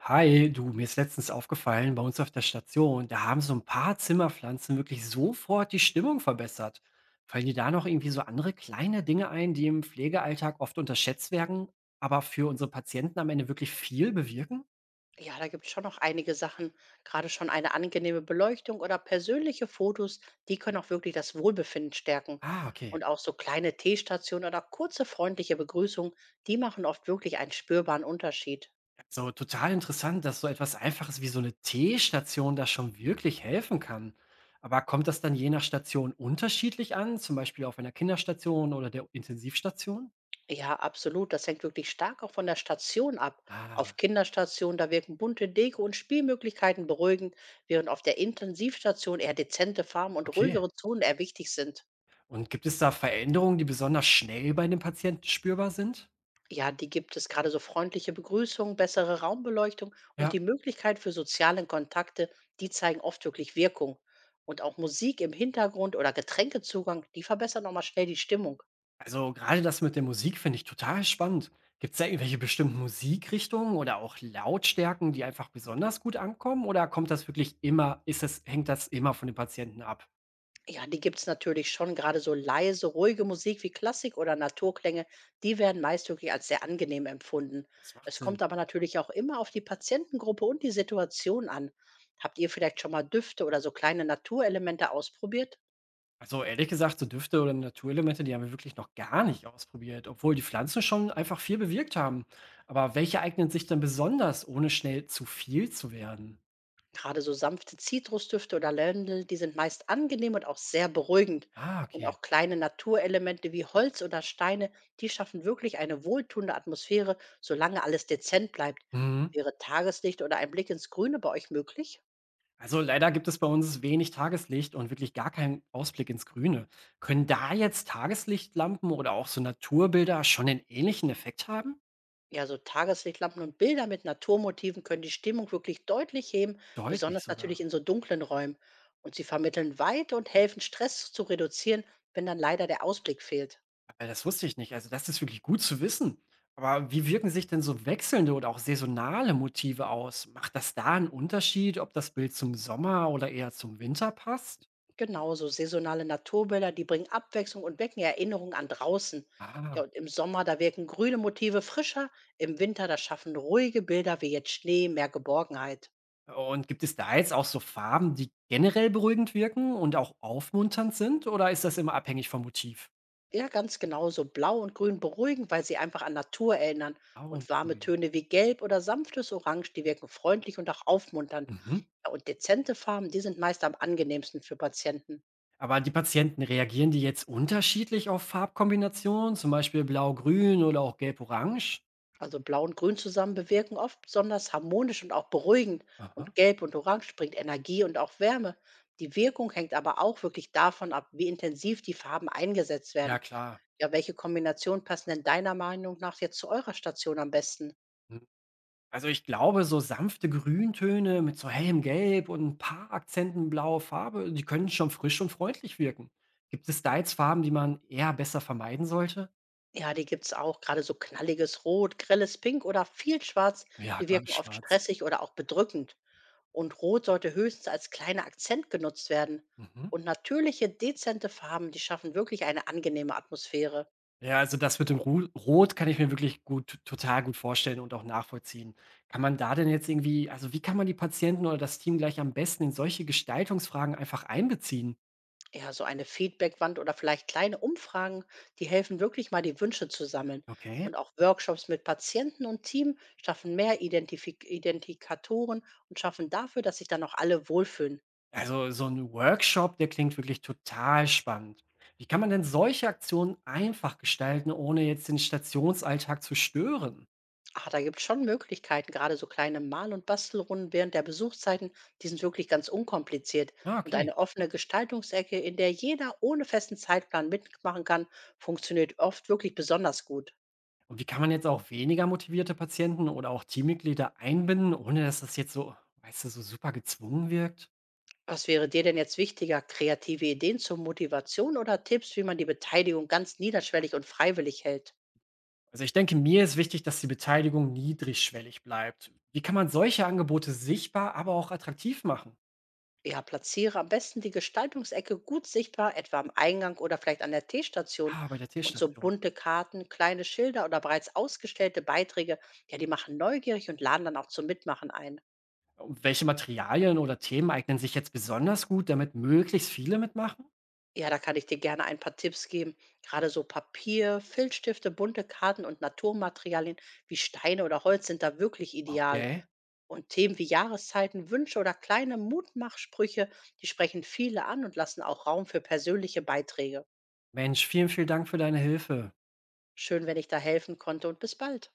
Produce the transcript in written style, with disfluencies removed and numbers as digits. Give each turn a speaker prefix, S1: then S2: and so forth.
S1: Hi, du, mir ist letztens aufgefallen, bei uns auf der Station, da haben so ein paar Zimmerpflanzen wirklich sofort die Stimmung verbessert. Fallen dir da noch irgendwie so andere kleine Dinge ein, die im Pflegealltag oft unterschätzt werden, aber für unsere Patienten am Ende wirklich viel bewirken?
S2: Ja, da gibt es schon noch einige Sachen. Gerade schon eine angenehme Beleuchtung oder persönliche Fotos, die können auch wirklich das Wohlbefinden stärken.
S1: Ah, okay.
S2: Und auch so kleine Teestationen oder kurze freundliche Begrüßungen, die machen oft wirklich einen spürbaren Unterschied.
S1: So total interessant, dass so etwas Einfaches wie so eine Teestation da schon wirklich helfen kann. Aber kommt das dann je nach Station unterschiedlich an, zum Beispiel auf einer Kinderstation oder der Intensivstation?
S2: Ja, absolut. Das hängt wirklich stark auch von der Station ab. Auf
S1: Ah,
S2: Kinderstationen, da wirken bunte Deko und Spielmöglichkeiten beruhigend, während auf der Intensivstation eher dezente Farben und
S1: okay.
S2: ruhigere Zonen eher wichtig sind.
S1: Und gibt es da Veränderungen, die besonders schnell bei den Patienten spürbar sind?
S2: Ja, die gibt es gerade so freundliche Begrüßung, bessere Raumbeleuchtung und
S1: Ja,
S2: die Möglichkeit für soziale Kontakte, die zeigen oft wirklich Wirkung. Und auch Musik im Hintergrund oder Getränkezugang, die verbessern nochmal schnell die Stimmung.
S1: also gerade das mit der Musik finde ich total spannend. Gibt es da irgendwelche bestimmten Musikrichtungen oder auch Lautstärken, die einfach besonders gut ankommen? Oder kommt das wirklich immer, hängt das immer von den Patienten ab?
S2: Ja, die gibt es natürlich schon, gerade so leise, ruhige Musik wie Klassik oder Naturklänge, die werden meist wirklich als sehr angenehm empfunden.
S1: Das macht
S2: Es
S1: Sinn.
S2: kommt aber natürlich auch immer auf die Patientengruppe und die Situation an. Habt ihr vielleicht schon mal Düfte oder so kleine Naturelemente ausprobiert?
S1: Also ehrlich gesagt, so Düfte oder Naturelemente, die haben wir wirklich noch gar nicht ausprobiert, obwohl die Pflanzen schon einfach viel bewirkt haben. Aber welche eignen sich denn besonders, ohne schnell zu viel zu werden?
S2: Gerade so sanfte Zitrusdüfte oder Lavendel, die sind meist angenehm und auch sehr beruhigend.
S1: Ah,
S2: Und
S1: okay.
S2: auch kleine Naturelemente wie Holz oder Steine, die schaffen wirklich eine wohltuende Atmosphäre, solange alles dezent bleibt.
S1: Mhm.
S2: Wäre Tageslicht oder ein Blick ins Grüne bei euch möglich?
S1: Also leider gibt es bei uns wenig Tageslicht und wirklich gar keinen Ausblick ins Grüne. Können da jetzt Tageslichtlampen oder auch so Naturbilder schon einen ähnlichen Effekt haben?
S2: Ja, so Tageslichtlampen und Bilder mit Naturmotiven können die Stimmung wirklich deutlich heben,
S1: Deutlich
S2: besonders
S1: sogar.
S2: natürlich in so dunklen Räumen. Und sie vermitteln Weite und helfen, Stress zu reduzieren, wenn dann leider der Ausblick fehlt.
S1: Weil das wusste ich nicht. Also das ist wirklich gut zu wissen. Aber wie wirken sich denn so wechselnde oder auch saisonale Motive aus? Macht das da einen Unterschied, ob das Bild zum Sommer oder eher zum Winter passt?
S2: Genauso saisonale Naturbilder, die bringen Abwechslung und wecken Erinnerungen an draußen. Ja,
S1: Ah.
S2: und im Sommer, da wirken grüne Motive frischer, im Winter, da schaffen ruhige Bilder wie jetzt Schnee mehr Geborgenheit.
S1: Und gibt es da jetzt auch so Farben, die generell beruhigend wirken und auch aufmunternd sind? Oder ist das immer abhängig vom Motiv?
S2: Ja, ganz genauso blau und grün beruhigen, weil sie einfach an Natur erinnern.
S1: Blau
S2: Und
S1: und
S2: warme
S1: grün.
S2: Töne wie gelb oder sanftes Orange, die wirken freundlich und auch aufmunternd.
S1: Mhm.
S2: Ja, und dezente Farben, die sind meist am angenehmsten für Patienten.
S1: Aber die Patienten, reagieren die jetzt unterschiedlich auf Farbkombinationen, zum Beispiel blau-grün oder auch gelb-orange?
S2: Also Blau und Grün zusammen bewirken oft besonders harmonisch und auch beruhigend. Und
S1: Aha.
S2: Gelb und Orange bringt Energie und auch Wärme. Die Wirkung hängt aber auch wirklich davon ab, wie intensiv die Farben eingesetzt werden.
S1: Ja, klar.
S2: Ja, welche Kombination passen denn deiner Meinung nach jetzt zu eurer Station am besten?
S1: Mhm. Also ich glaube, so sanfte Grüntöne mit so hellem Gelb und ein paar Akzenten blauer Farbe, die können schon frisch und freundlich wirken. Gibt es da jetzt Farben, die man eher besser vermeiden sollte?
S2: Ja, die gibt's auch. Gerade so knalliges Rot, grelles Pink oder viel Schwarz,
S1: Ja,
S2: die
S1: gerade
S2: wirken oft
S1: schwarz.
S2: stressig oder auch bedrückend. Und Rot sollte höchstens als kleiner Akzent genutzt werden.
S1: Mhm.
S2: Und natürliche, dezente Farben, die schaffen wirklich eine angenehme Atmosphäre.
S1: Ja, also das mit dem Ru Rot kann ich mir wirklich total gut vorstellen und auch nachvollziehen. Kann man da denn jetzt irgendwie, also wie kann man die Patienten oder das Team gleich am besten in solche Gestaltungsfragen einfach einbeziehen?
S2: Ja, so eine Feedbackwand oder vielleicht kleine Umfragen, die helfen wirklich mal, die Wünsche zu sammeln.
S1: Okay.
S2: Und auch Workshops mit Patienten und Team schaffen mehr Identifikatoren und schaffen dafür, dass sich dann auch alle wohlfühlen.
S1: Also so ein Workshop, der klingt wirklich total spannend. Wie kann man denn solche Aktionen einfach gestalten, ohne jetzt den Stationsalltag zu stören?
S2: Ah, da gibt es schon Möglichkeiten, gerade so kleine Mal- und Bastelrunden während der Besuchszeiten, die sind wirklich ganz unkompliziert.
S1: Ah,
S2: Und
S1: okay.
S2: eine offene Gestaltungsecke, in der jeder ohne festen Zeitplan mitmachen kann, funktioniert oft wirklich besonders gut.
S1: Und wie kann man jetzt auch weniger motivierte Patienten oder auch Teammitglieder einbinden, ohne dass das jetzt so, weißt du, so super gezwungen wirkt?
S2: Was wäre dir denn jetzt wichtiger, kreative Ideen zur Motivation oder Tipps, wie man die Beteiligung ganz niederschwellig und freiwillig hält?
S1: Also ich denke, mir ist wichtig, dass die Beteiligung niedrigschwellig bleibt. Wie kann man solche Angebote sichtbar, aber auch attraktiv machen?
S2: Ja, platziere am besten die Gestaltungsecke gut sichtbar, etwa am Eingang oder vielleicht an der Teestation.
S1: Ah, bei der
S2: Und so
S1: Tierstation.
S2: bunte Karten, kleine Schilder oder bereits ausgestellte Beiträge, ja, die machen neugierig und laden dann auch zum Mitmachen ein.
S1: Und welche Materialien oder Themen eignen sich jetzt besonders gut, damit möglichst viele mitmachen?
S2: Ja, da kann ich dir gerne ein paar Tipps geben. Gerade so Papier, Filzstifte, bunte Karten und Naturmaterialien wie Steine oder Holz sind da wirklich ideal.
S1: Okay.
S2: Und Themen wie Jahreszeiten, Wünsche oder kleine Mutmachsprüche, die sprechen viele an und lassen auch Raum für persönliche Beiträge.
S1: Mensch, vielen, vielen Dank für deine Hilfe.
S2: Schön, wenn ich da helfen konnte und bis bald.